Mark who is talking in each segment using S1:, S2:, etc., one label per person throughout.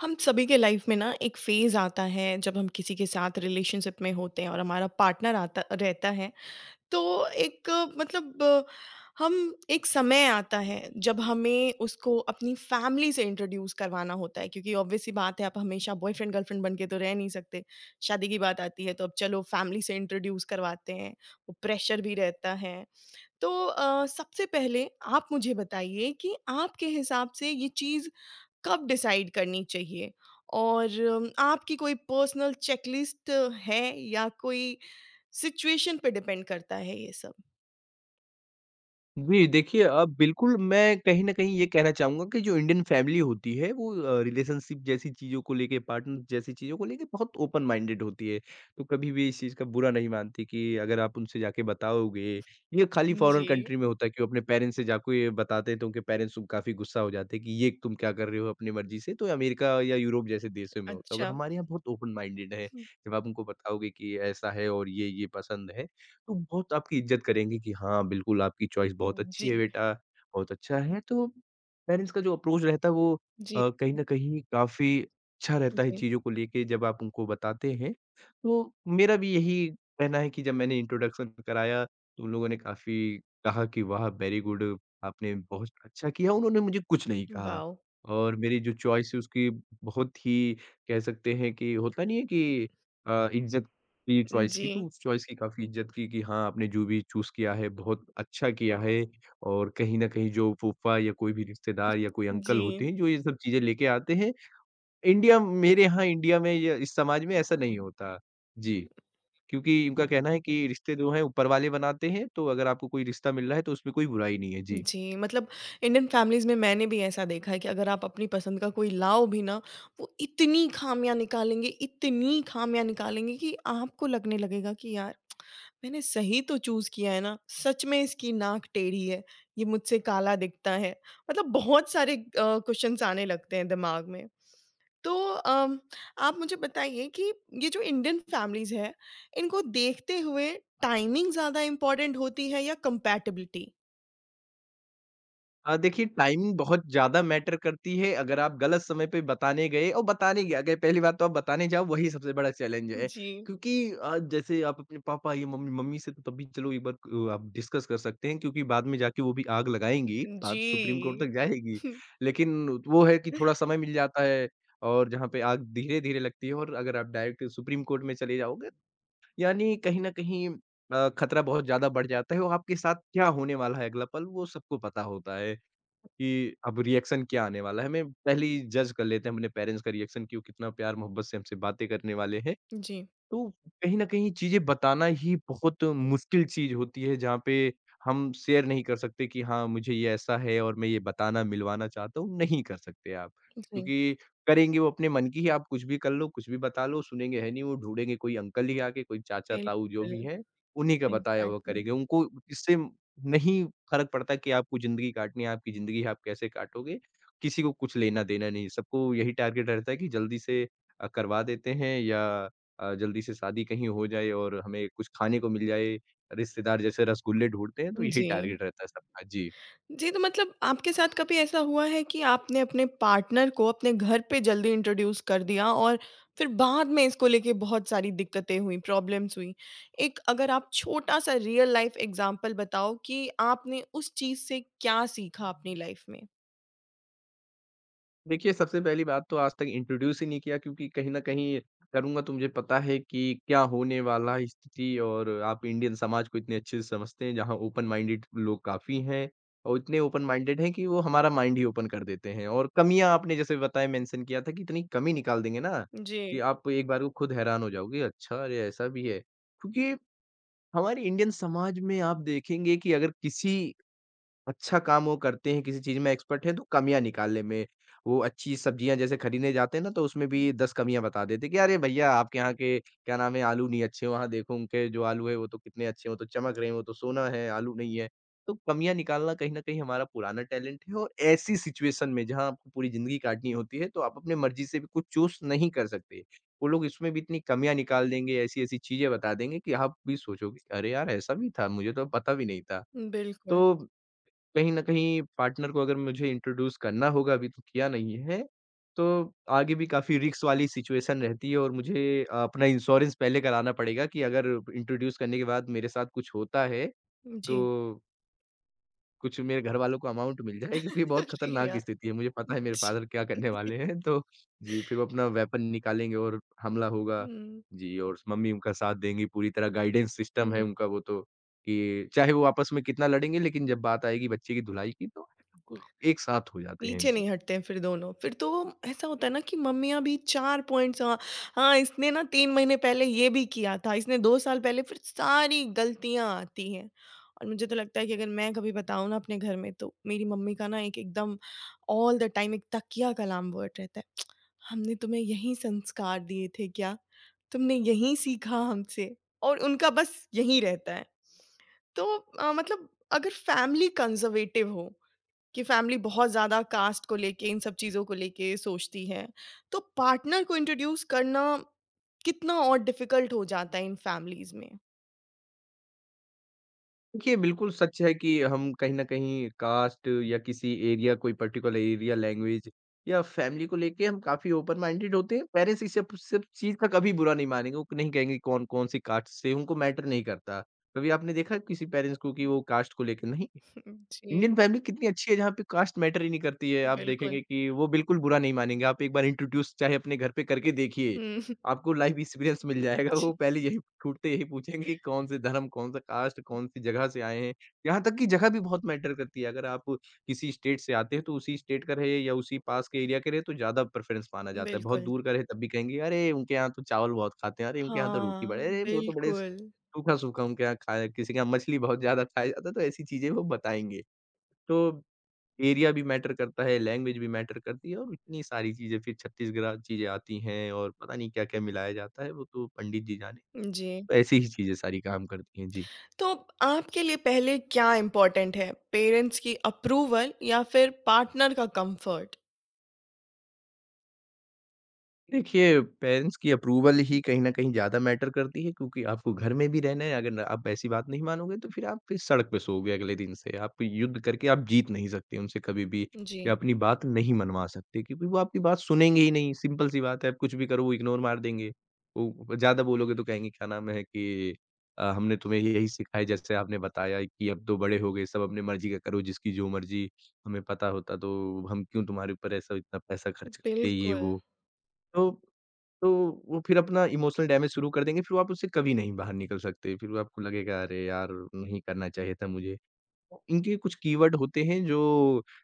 S1: हम सभी के लाइफ में ना एक फेज आता है जब हम किसी के साथ रिलेशनशिप में होते हैं और हमारा पार्टनर आता रहता है। तो एक मतलब हम एक समय आता है जब हमें उसको अपनी फैमिली से इंट्रोड्यूस करवाना होता है क्योंकि ऑब्वियसली बात है आप हमेशा बॉयफ्रेंड गर्लफ्रेंड बन के तो रह नहीं सकते। शादी की बात आती है तो अब चलो फैमिली से इंट्रोड्यूस करवाते हैं। वो प्रेशर भी रहता है। तो सबसे पहले आप मुझे बताइए कि आपके हिसाब से ये चीज़ कब डिसाइड करनी चाहिए? और आपकी कोई पर्सनल चेकलिस्ट है या कोई सिचुएशन पे डिपेंड करता है ये सब?
S2: जी, देखिए बिल्कुल मैं कहीं न कहीं ये कहना चाहूँगा कि जो इंडियन फैमिली होती है वो रिलेशनशिप जैसी चीज़ों को लेके, पार्टनर जैसी चीज़ों को लेके बहुत ओपन माइंडेड होती है। तो कभी भी इस चीज़ का बुरा नहीं मानती कि अगर आप उनसे जाके बताओगे ये खाली फॉरेन
S1: जी,
S2: कंट्री में होता है कि वो अपने पेरेंट्स से जाके ये बताते हैं तो उनके पेरेंट्स उन काफ़ी गुस्सा हो जाते हैं कि ये तुम क्या कर रहे हो अपनी मर्ज़ी से, तो अमेरिका या यूरोप जैसे देशों में होता होगा।
S1: अच्छा।
S2: हमारे यहाँ बहुत ओपन माइंडेड है,
S1: हुँ,
S2: जब आप उनको बताओगे कि ऐसा है और ये पसंद है तो बहुत आपकी इज़्ज़त करेंगे कि हाँ, बिल्कुल आपकी चॉइस बहुत
S1: हुँ,
S2: अच्छी है
S1: जी,
S2: बेटा, बहुत अच्छा है। तो पेरेंट्स का जो अप्रोच रहता है वो
S1: जी,
S2: कहीं न कहीं काफ़ी अच्छा रहता है
S1: जी।
S2: चीज़ों को लेके जब आप उनको बताते हैं। तो मेरा भी यही कहना है कि जब मैंने इंट्रोडक्शन कराया तो उन लोगों ने काफ़ी कहा कि वाह! वेरी गुड आपने बहुत अच्छा किया। उन्होंने मुझे कुछ नहीं कहा
S1: वाओ!
S2: और मेरी जो चॉइस है उसकी बहुत ही कह सकते हैं कि होता नहीं है कि इज़्ज़त ये चॉइस की, तो
S1: जी,
S2: उस चॉइस की काफ़ी इज़्ज़त की कि हाँ, आपने जो भी चूज़ किया है, बहुत अच्छा किया है और कहीं न कहीं जो फूफा या कोई भी रिश्तेदार या कोई अंकल
S1: जी।
S2: होते हैं, जो ये सब चीज़ें लेके आते हैं, इंडिया मेरे यहाँ इंडिया में या इस समाज में ऐसा नहीं होता। जी, क्योंकि उनका कहना है कि रिश्ते जो हैं ऊपर वाले बनाते हैं, तो अगर आपको कोई रिश्ता मिल रहा है, तो उसमें कोई बुराई नहीं है। जी।
S1: जी, मतलब इंडियन फैमिलीज़ में मैंने भी ऐसा देखा है कि अगर आप अपनी पसंद का कोई लाओ भी ना, वो इतनी खामियाँ निकालेंगे कि आपको लगने लगेगा कि यार मैंने सही तो चूज़ किया है ना, सच में इसकी नाक टेढ़ी है, ये मुझसे काला दिखता है। मतलब बहुत सारे क्वेश्चन्स आने लगते हैं दिमाग में। तो आप मुझे बताइए कि ये जो इंडियन फैमिलीज़ है, इनको देखते हुए टाइमिंग ज़्यादा इम्पोर्टेंट होती है या कंपैटिबिलिटी?
S2: देखिए टाइमिंग बहुत ज़्यादा मैटर करती है, अगर आप गलत समय पे बताने गए और बताने क्या गए, पहली बात तो आप बताने जाओ वही सबसे बड़ा चैलेंज है।
S1: जी।
S2: क्योंकि जैसे आप अपने पापा या मम्मी मम्मी से तो तभी चलो एक बार क आप डिस्कस कर सकते हैं क्योंकि बाद में जाके वो भी आग लगाएँगी, बात
S1: जी।
S2: सुप्रीम कोर्ट तक जाएगी। लेकिन वो है कि थोड़ा समय मिल जाता है और जहाँ पे आग धीरे-धीरे लगती है और अगर आप डायरेक्ट सुप्रीम कोर्ट में चले जाओगे, यानी कहीं न कहीं खतरा बहुत ज़्यादा बढ़ जाता है और आपके साथ क्या होने वाला है अगला पल, वो सबको पता होता है। कि अब रिएक्शन क्या आने वाला है, हमें पहले ही जज कर लेते हैं अपने पेरेंट्स का रिएक्शन कि वो कितना प्यार मोहब्बत से हमसे बातें करने वाले हैं
S1: जी, जी।
S2: तो कहीं न कहीं चीज़ें बताना ही बहुत मुश्किल चीज़ होती है, जहाँ पे हम शेयर नहीं कर सकते कि हाँ, मुझे ये ऐसा है और मैं ये बताना, मिलवाना चाहता हूँ, नहीं कर सकते आप। क्योंकि करेंगे वो अपने मन की ही, आप कुछ भी कर लो, कुछ भी बता लो, सुनेंगे है नहीं वो, ढूँढेंगे कोई अंकल ही आके, कोई चाचा-ताऊ जो
S1: बिल्कुल,
S2: भी हैं, उन्हीं का बताया हुआ
S1: एग्ज़ैक्टली।
S2: करेंगे। उनको इससे नहीं फ़र्क पड़ता कि आपको ज़िंदगी काटनी है, आपकी ज़िंदगी आप कैसे काटोगे, किसी को कुछ लेना-देना नहीं है। सबको यही टारगेट रहता है कि जल्दी से करवा देते हैं या जल्दी से शादी कहीं हो जाए और हमें कुछ खाने को मिल जाए, रिश्तेदार जैसे रसगुल्ले ढूँढते हैं, तो यही
S1: जी।
S2: टारगेट रहता है सबका। जी।
S1: जी, तो मतलब आपके साथ कभी ऐसा हुआ है कि आपने अपने पार्टनर को अपने घर पे जल्दी इंट्रोड्यूस कर दिया और फिर बाद में इसको लेके बहुत सारी दिक्कतें हुईं, प्रॉब्लम्स हुईं। एक अगर आप छोटा-सा रियल लाइफ़ एग्ज़ाम्पल बताओ कि आपने उस चीज़ से क्या सीखा अपनी लाइफ़ में?
S2: देखिए, सबसे पहली बात तो आज तक इंट्रोड्यूस ही नहीं किया क्योंकि कहीं न कहीं करूँगा तो मुझे पता है कि क्या होने वाला है स्थिति और आप इंडियन समाज को इतने अच्छे से समझते हैं, जहाँ ओपन माइंडेड लोग काफ़ी हैं और इतने ओपन माइंडेड हैं कि वो हमारा माइंड ही ओपन कर देते हैं। और कमियाँ आपने जैसे बताया मेंशन किया था कि इतनी कमी निकाल देंगे ना, कि
S1: जी,
S2: आप एक बार को खुद हैरान हो जाओगे, अच्छा! अरे, ऐसा भी है। क्योंकि हमारे इंडियन समाज में आप देखेंगे कि अगर किसी अच्छा काम वो करते हैं, किसी चीज़ में एक्सपर्ट हैं तो कमियाँ निकालने में। वो अच्छी सब्जियाँ जैसे खरीदने जाते हैं ना तो उसमें भी 10 कमियाँ बता देते हैं कि अरे भैया आपके यहाँ के क्या नाम है आलू नहीं अच्छे वहाँ देखो उनके जो आलू है वो तो कितने अच्छे हैं, वो तो चमक रहे हैं, वो तो सोना है, आलू नहीं है। तो कमियाँ निकालना कहीं न कहीं हमारा पुराना टैलेंट है और ऐसी सिचुएशन में जहाँ आपको पूरी ज़िंदगी काटनी होती है तो आप अपने मर्ज़ी से भी कुछ चूज़ नहीं कर सकते। वो लोग इसमें भी इतनी कमियाँ निकाल देंगे, ऐसी-ऐसी चीज़ें बता देंगे कि आप भी सोचोगे, अरे यार ऐसा भी था, मुझे तो पता भी नहीं था।
S1: बिल्कुल।
S2: तो कहीं न कहीं पार्टनर को अगर मुझे इंट्रोड्यूस करना होगा, अभी तो किया नहीं है, तो आगे भी काफ़ी रिस्क वाली सिचुएशन रहती है और मुझे अपना इंश्योरेंस पहले कराना पड़ेगा कि अगर इंट्रोड्यूस करने के बाद मेरे साथ कुछ होता है,
S1: जी।
S2: तो कुछ मेरे घरवालों को अमाउंट मिल जाए क्योंकि ये बहुत
S1: अरे
S2: खतरनाक
S1: यार!
S2: स्थिति है। मुझे पता है मेरे फ़ादर क्या
S1: जी।
S2: करने वाले हैं तो जी, फिर वो अपना वेपन निकालेंगे और हमला होगा।
S1: हुँ,
S2: जी और मम्मी उनका साथ देंगी पूरी तरह गाइडेंस सिस्टम है
S1: हुँ।
S2: उनका वो तो कि चाहे वो आपस में कितना लड़ेंगे लेकिन जब बात आएगी बच्चे की धुलाई की तो एक साथ हो जाते हैं।
S1: पीछे
S2: जी।
S1: नहीं हटते हैं फिर दोनों। फिर तो ऐसा होता है ना कि मम्मियाँ भी 4 पॉइंट्स हाँ, हाँ, इसने ना 3 महीने पहले ये भी किया था, इसने 2 साल पहले फिर सारी गलतियाँ आती हैं। और मुझे तो लगता है कि अगर मैं कभी बताऊँ ना अपने घर में तो मेरी मम्मी का ना एक एकदम ऑल द टाइम एक तकिया कलाम वर्ड रहता है। हमने तुम्हें यहीं संस्कार दिए थे क्या? तुमने यहीं सीखा हमसे? और उनका बस यहीं रहता है। तो मतलब अगर फैमिली कंज़र्वेटिव हो कि फैमिली बहुत ज़्यादा कास्ट को लेके, इन सब चीज़ों को लेके सोचती है। तो पार्टनर को इंट्रोड्यूस करना कितना और डिफ़िकल्ट हो जाता है इन फैमिलीज़ में।
S2: देखिए, बिल्कुल सच है कि हम कहीं न कहीं कास्ट या किसी एरिया कोई पर्टिकुलर एरिया, लैंग्वेज या फैमिली को लेके हम काफ़ी ओपन माइंडेड होते हैं। पेरेंट्स इसे अप- इस सब सब चीज़ का कभी बुरा नहीं मानेंगे, वो नहीं कहेंगे कौन कौन-सी कास्ट से, उनको मैटर नहीं करता। कभी आपने देखा है किसी पेरेंट्स को कि वो कास्ट को लेके नहीं? इंडियन
S1: जी,
S2: फैमिली कितनी अच्छी है जहाँ पे कास्ट मैटर ही नहीं करती है। आप
S1: बिल्कुल।
S2: देखेंगे कि वो बिल्कुल बुरा नहीं मानेंगे। आप एक बार इंट्रोड्यूस चाहे अपने घर पे करके देखिए,
S1: हुँ,
S2: आपको लाइफ एक्सपीरियंस मिल जाएगा। वो
S1: जी,
S2: पहले यही छूटते यही पूछेंगे कि कौन से धर्म, कौन सा कास्ट, कौन सी जगह से आए हैं। यहाँ तक कि जगह भी बहुत मैटर करती है। अगर आप किसी स्टेट से आते हैं तो उसी स्टेट का रहे या उसी पास के एरिया के रहे तो ज़्यादा प्रेफ़रेंस माना जाता है। बहुत
S1: बिल्कुल।
S2: दूर का रहे तब भी कहेंगे अरे! उनके यहाँ तो चावल बहुत खाते हैं, अरे! उनके यहाँ तो रोटी
S1: हाँ,
S2: बड़े अरे! वो तो बड़े
S1: बिल्कुल।
S2: सूखा-सूखा उनके यहाँ खाया किसी के यहाँ मछली बहुत ज़्यादा खाया जाता है तो ऐसी चीज़ें वो बताएँगे। तो एरिया भी मैटर करता है, लैंग्वेज भी मैटर करती है और इतनी सारी चीज़ें फिर छत्तीसगढ़ चीज़ें आती हैं और पता नहीं क्या-क्या मिलाया जाता है, वो तो पंडित जी जाने।
S1: जी,
S2: तो ऐसी ही चीज़ें सारी काम करती हैं। जी।
S1: तो आपके लिए पहले क्या इम्पोर्टेंट है, पेरेंट्स की अप्रूवल या फिर पार्टनर का कम्फर्ट?
S2: देखिए, पेरेंट्स की अप्रूवल ही कहीं न कहीं ज़्यादा मैटर करती है क्योंकि आपको घर में भी रहना है, अगर न- आप ऐसी बात नहीं मानोगे तो फिर आप फिर सड़क पे सोओगे अगले दिन से। आप युद्ध करके आप जीत नहीं सकते उनसे कभी भी या
S1: जी,
S2: अपनी बात नहीं मनवा सकते क्योंकि वो आपकी बात सुनेंगे ही नहीं, सिंपल-सी बात है। आप कुछ भी करो वो इग्नोर मार देंगे। वो ज़्यादा बोलोगे तो कहेंगे क्या नाम है कि हमने तुम्हें यही सिखाया है जैसे आपने बताया कि अब तो बड़े हो गए, सब अपनी मर्ज़ी का करो, जिसकी जो मर्ज़ी। हमें पता होता तो हम क्यों तुम्हारे ऊपर ऐसा इतना पैसा खर्च करते ये
S1: बिल्कुल।
S2: वो। तो तो वो फिर अपना इमोशनल डैमेज शुरू कर देंगे, फिर वो आप उससे कभी नहीं बाहर निकल सकते। फिर वो आपको लगेगा अरे यार! नहीं करना चाहिए था मुझे। इनके कुछ कीवर्ड होते हैं जो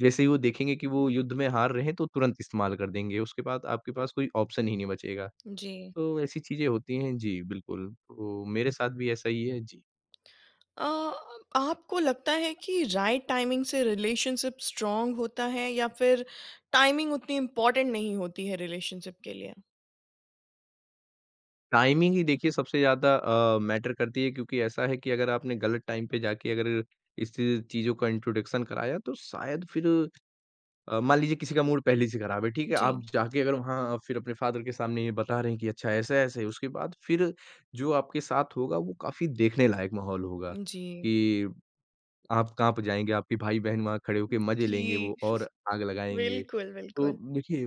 S2: जैसे ही वो देखेंगे कि वो युद्ध में हार रहे हैं तो तुरंत इस्तेमाल कर देंगे। उसके बाद आपके पास कोई ऑप्शन ही नहीं बचेगा।
S1: जी।
S2: तो ऐसी चीज़ें होती हैं। जी, बिल्कुल। तो मेरे साथ भी ऐसा ही है। जी।
S1: अ, आपको लगता है कि राइट टाइमिंग से रिलेशनशिप स्ट्रांग होता है या फिर टाइमिंग उतनी इम्पोर्टेंट नहीं होती है रिलेशनशिप के लिए?
S2: टाइमिंग ही देखिए सबसे ज़्यादा मैटर करती है क्योंकि ऐसा है कि अगर आपने गलत टाइम पे जाके अगर इस चीज़ों का इंट्रोडक्शन कराया तो शायद फिर मान लीजिए किसी का मूड पहले से खराब है, ठीक है?
S1: जी,
S2: आप जाके अगर वहाँ फिर अपने फ़ादर के सामने ये बता रहे हैं कि अच्छा ऐसा-ऐसा है, उसके बाद फिर जो आपके साथ होगा वो काफ़ी देखने लायक माहौल होगा,
S1: जी।
S2: कि आप काँप जाएँगे, आपके भाई-बहन वहाँ खड़े होके मज़े लेंगे
S1: जी,
S2: वो और आग लगाएँगे।
S1: बिल्कुल,
S2: तो
S1: बिल्कुल।
S2: देखिए,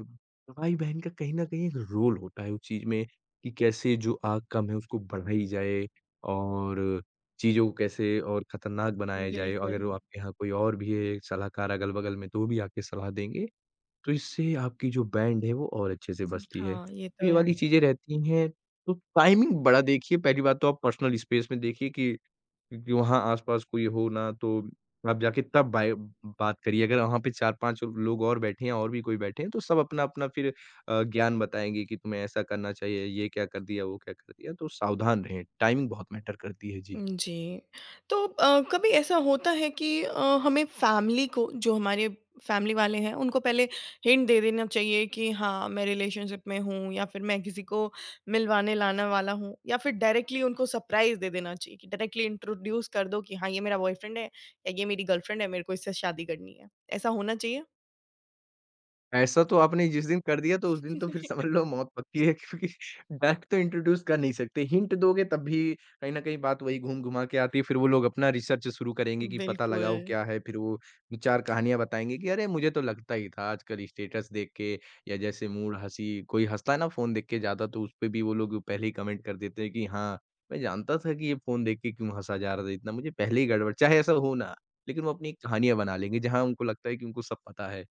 S2: भाई-बहन का कहीं न कहीं एक रोल होता है उस चीज़ में कि कैसे जो आग कम है उसको बढ़ाई जाए और चीज़ों को कैसे और खतरनाक बनाया जाए। अगर
S1: बिल्कुल।
S2: वो आपके यहाँ कोई और भी है सलाहकार अगल-बगल में तो वो भी आके सलाह देंगे। तो इससे आपकी जो बैंड है वो और अच्छे से बजती है।
S1: हाँ, ये
S2: तो
S1: तो
S2: ये
S1: है।
S2: वाली चीज़ें रहती हैं, तो टाइमिंग बड़ा देखिए, पहली बात तो आप पर्सनल स्पेस में देखिए कि वहाँ आस-पास कोई हो ना, तो आप जाके तब बाय बात करिए। अगर वहाँ पे 4-5 लोग और बैठे हैं और भी कोई बैठे हैं तो सब अपना-अपना फिर ज्ञान बताएँगे कि तुम्हें ऐसा करना चाहिए, ये क्या कर दिया, वो क्या कर दिया। तो सावधान रहें, टाइमिंग बहुत मैटर करती है। जी।
S1: जी। तो कभी ऐसा होता है कि हमें फैमिली को जो हमारे फैमिली वाले हैं उनको पहले हिंट दे देना चाहिए कि हाँ, मैं रिलेशनशिप में हूँ या फिर मैं किसी को मिलवाने लाने वाला हूँ या फिर डायरेक्टली उनको सरप्राइज़ दे देना चाहिए कि डायरेक्टली इंट्रोड्यूस कर दो कि हाँ, ये मेरा बॉयफ्रेंड है या ये मेरी गर्लफ्रेंड है, मेरे को इससे शादी करनी है। ऐसा होना चाहिए?
S2: ऐसा तो आपने जिस दिन कर दिया तो उस दिन तो फिर समझ लो मौत पक्की है क्योंकि डायरेक्ट तो इंट्रोड्यूस कर नहीं सकते। हिंट दोगे तब भी कहीं न कहीं बात वही घूम-घुमा के आती है। फिर वो लोग अपना रिसर्च शुरू करेंगे कि पता
S1: बिल्कुल।
S2: लगाओ क्या है, फिर वो 2-4 कहानियाँ बताएँगे कि अरे! मुझे तो लगता ही था, आजकल स्टेटस देख के या जैसे मूड हँसी कोई हँसता है ना फ़ोन देख के ज़्यादा, तो उसपे भी वो लोग पहले ही कमेंट कर देते हैं कि हाँ, मैं जानता था कि ये फ़ोन देख के क्यों हँसा जा रहा था इतना, मुझे पहले ही गड़बड़ चाहे ऐसा हो ना, लेकिन वो अपनी एक कहानियाँ बना लेंगे जहाँ उनको लगता है कि उनको सब पता है।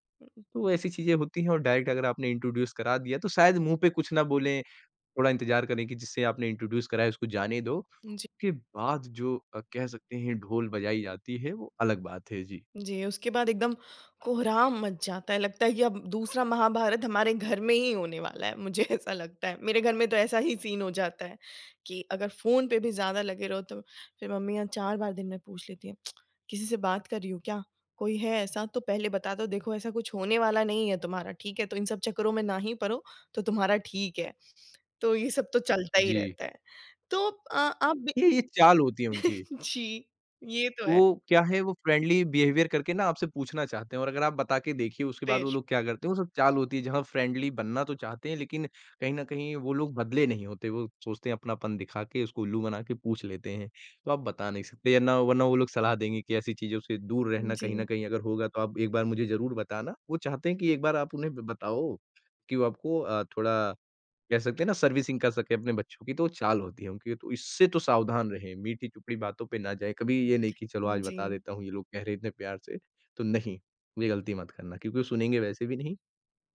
S2: तो ऐसी चीज़ें होती हैं, और डायरेक्ट अगर आपने इंट्रोड्यूस करा दिया तो शायद मुँह पे कुछ ना बोलें, थोड़ा इंतज़ार करें कि जिसे आपने इंट्रोड्यूस कराया उसको जाने दो। उसके बाद जो कह सकते हैं ढोल बजाई जाती है वो अलग बात है। जी।
S1: जी, उसके बाद एकदम कोहराम मच जाता है, लगता है कि अब दूसरा महाभारत हमारे घर में ही होने वाला है, मुझे ऐसा लगता है। मेरे घर में तो ऐसा ही सीन हो जाता है कि अगर फ़ोन पे भी ज़्यादा लगे रहो तो फिर मम्मियाँ 4 बार दिन में पूछ लेती हैं, "किसी से बात कर रही हो क्या? कोई है ऐसा तो पहले बता दो, देखो ऐसा कुछ होने वाला नहीं है तुम्हारा, ठीक है? तो इन सब चक्करों में ना ही पड़ो, तो तुम्हारा ठीक है।" तो ये सब तो चलता ही
S2: जी।
S1: रहता है। तो आप भी
S2: ये चाल होती है उनकी।
S1: जी, ये तो है।
S2: वो क्या है, वो फ्रेंडली बिहेवियर करके ना आपसे पूछना चाहते हैं, और अगर आप बता के देखिए उसके बाद वो
S1: फिर
S2: लोग क्या करते हैं, वो सब चाल होती है जहाँ फ्रेंडली बनना तो चाहते हैं लेकिन कहीं न कहीं वो लोग बदले नहीं होते। वो सोचते हैं अपनापन दिखा के उसको उल्लू बना के पूछ लेते हैं। तो आप बता नहीं सकते, वरना वरना वो लोग सलाह देंगे कि ऐसी चीज़ों से दूर रहना, कहीं न
S1: जी,
S2: कहीं अगर होगा तो आप एक बार मुझे ज़रूर बताना। वो चाहते हैं कि एक बार आप उन्हें ब बताओ कि वो आपको थोड़ा कह सकते हैं ना सर्विसिंग कर सकें अपने बच्चों की, तो वो चाल होती है उनकी, तो इससे तो सावधान रहें। मीठी-चुपड़ी बातों पे ना जाएँ, कभी ये नहीं कि चलो आज
S1: जी,
S2: बता देता हूँ, ये लोग कह रहे इतने प्यार से, तो नहीं, ये गलती मत करना क्योंकि वो सुनेंगे वैसे भी नहीं।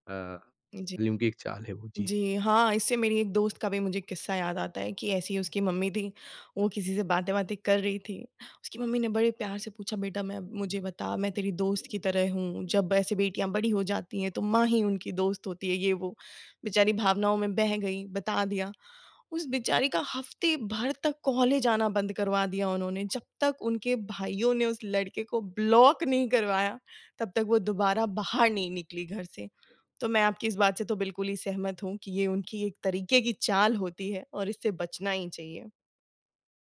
S2: अ,
S1: जी।
S2: उनकी एक चाल है वो। जी।
S1: जी, हाँ, इससे मेरी एक दोस्त का भी मुझे किस्सा याद आता है कि ऐसी ही उसकी मम्मी थी, वो किसी से बातें-वातें कर रही थी। उसकी मम्मी ने बड़े प्यार से पूछा, "बेटा मैं मुझे बता, मैं तेरी दोस्त की तरह हूँ, जब ऐसे बेटियाँ बड़ी हो जाती हैं, तो माँ ही उनकी दोस्त होती है।" ये वो। बेचारी भावनाओं में बह गई, बता दिया। उस बेचारी का हफ्ते भर तक कॉलेज आना बंद करवा दिया उन्होंने। जब तक उनके भाइयों ने उस लड़के को ब्लॉक नहीं करवाया, तब तक वो दोबारा बाहर नहीं निकली घर से। तो मैं आपकी इस बात से तो बिल्कुल ही सहमत हूँ कि ये उनकी एक तरीके की चाल होती है और इससे बचना ही चाहिए।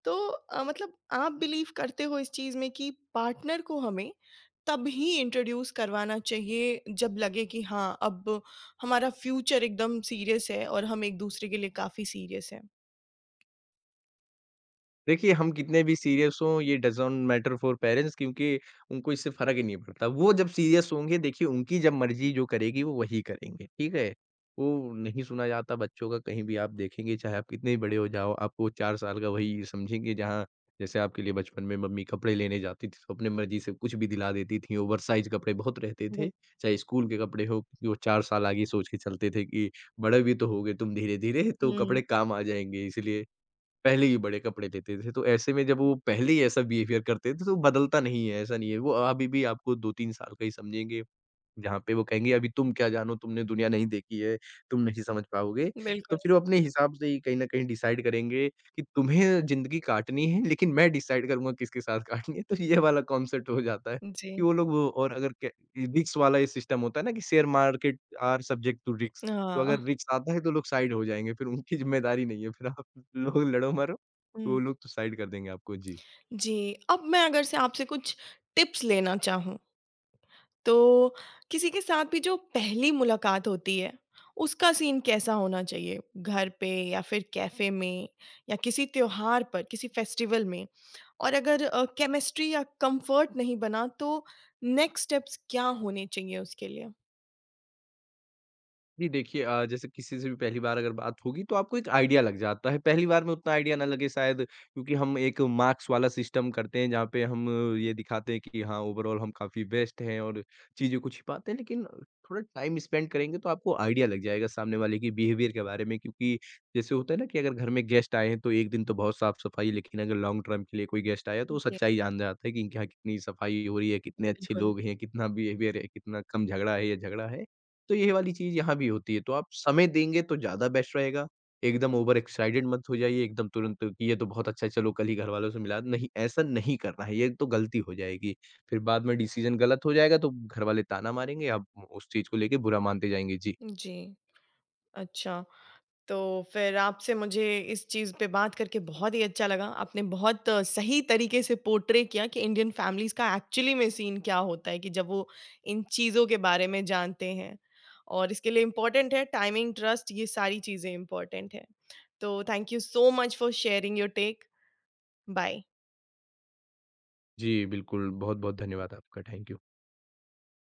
S1: तो मतलब आप बिलीव करते हो इस चीज़ में कि पार्टनर को हमें तभी इंट्रोड्यूस करवाना चाहिए जब लगे कि हाँ, अब हमारा फ्यूचर एकदम सीरियस है और हम एक-दूसरे के लिए काफ़ी सीरियस हैं?
S2: देखिए, हम कितने भी सीरियस हों ये डज़न्ट मैटर फॉर पेरेंट्स, क्योंकि उनको इससे फ़र्क ही नहीं पड़ता। वो जब सीरियस होंगे, देखिए उनकी जब मर्ज़ी जो करेगी वो वही करेंगे, ठीक है? वो नहीं सुना जाता बच्चों का, कहीं भी आप देखेंगे, चाहे आप कितने ही बड़े हो जाओ, आपको 4 साल का वही समझेंगे। जहाँ जैसे आपके लिए बचपन में मम्मी कपड़े लेने जाती थी तो अपने मर्ज़ी से कुछ भी दिला देती थी, ओवरसाइज़ कपड़े बहुत रहते थे, चाहे स्कूल के कपड़े हों, क्योंकि वो 4 साल आगे सोच के चलते थे कि बड़े भी तो होगे तुम धीरे-धीरे, तो
S1: हुँ,
S2: कपड़े काम आ जाएँगे, इसलिए पहले ही बड़े कपड़े लेते थे। तो ऐसे में जब वो पहले ही ऐसा बिहेवियर करते थे, तो बदलता नहीं है, ऐसा नहीं है। वो अभी भी आपको 2-3 साल का ही समझेंगे। जहाँ पे वो कहेंगे, "अभी तुम क्या जानो? तुमने दुनिया नहीं देखी है, तुम नहीं समझ पाओगे।" तो
S1: बिल्कुल,
S2: फिर वो अपने हिसाब से ही कहीं न कहीं डिसाइड करेंगे कि तुम्हें ज़िंदगी काटनी है, लेकिन मैं डिसाइड करूँगा किसके साथ काटनी है। तो ये वाला कॉन्सेप्ट हो जाता है कि
S1: जी।
S2: वो लोग, वो और अगर के रिस्क वाला ये सिस्टम होता है ना कि share market are subject to risk. तो
S1: हाँ,
S2: अगर रिस्क आता है तो लोग साइड हो जाएंगे, फिर उनकी ज़िम्मेदारी नहीं है। फिर आप लोग लड़ो मरो, वो
S1: हुँ,
S2: लोग तो साइड कर देंगे आपको। जी।
S1: जी। अब मैं अगर से आपसे कुछ टिप्स लेना चाहूँ, तो किसी के साथ भी जो पहली मुलाकात होती है, उसका सीन कैसा होना चाहिए? घर पे या फिर कैफ़े में या किसी त्योहार पर, किसी फेस्टिवल में? और अगर केमिस्ट्री या कम्फ़र्ट नहीं बना, तो नेक्स्ट स्टेप्स क्या होने चाहिए उसके लिए?
S2: जी, देखिए जैसे किसी से भी पहली बार अगर बात होगी तो आपको एक आइडिया लग जाता है। पहली बार में उतना आइडिया ना लगे शायद, क्योंकि हम एक मार्क्स वाला सिस्टम करते हैं जहाँ पे हम ये दिखाते हैं कि हाँ, ओवरऑल हम काफ़ी बेस्ट हैं और चीज़ों को छिपाते हैं। लेकिन थोड़ा टाइम स्पेंड करेंगे तो आपको आइडिया लग जाएगा सामने वाले की बिहेवियर के बारे में, क्योंकि जैसे होता है ना कि अगर घर में गेस्ट आए हैं तो एक दिन तो बहुत साफ-सफाई, लेकिन अगर लॉन्ग टर्म के लिए कोई गेस्ट आया तो वो
S1: जी,
S2: सच्चाई जान जाता है कि इनके यहाँ कितनी सफाई हो रही है, कितने अच्छे
S1: बिल्कुल।
S2: लोग हैं, कितना बिहेवियर है, कितना कम झगड़ा है या झगड़ा है। तो ये वाली चीज़ यहाँ भी होती है, तो आप समय देंगे तो ज़्यादा बेस्ट रहेगा। एकदम ओवर एक्साइटेड मत हो जाइए, एकदम तुरंत कि ये तो बहुत अच्छा है, चलो कल ही घरवालों से मिला, नहीं, ऐसा नहीं करना है, ये तो गलती हो जाएगी। फिर बाद में डिसीज़न गलत हो जाएगा तो घरवाले ताना मारेंगे, आप उस चीज़ को लेके बुरा मानते जाएँगे। जी।
S1: जी, अच्छा। तो फिर आपसे मुझे इस चीज़ पे बात करके बहुत ही अच्छा लगा। आपने बहुत सही तरीके से पोर्ट्रे किया कि इंडियन फैमिलीज़ का एक्चुअली में सीन क्या होता है कि जब वो इन चीज़ों के बारे में जानते हैं। और इसके लिए इम्पोर्टेंट है टाइमिंग, ट्रस्ट ये सारी चीज़ें इम्पोर्टेंट है। तो thank you so much for sharing your take. Bye.
S2: जी, बिल्कुल, बहुत-बहुत धन्यवाद आपका, थैंक यू।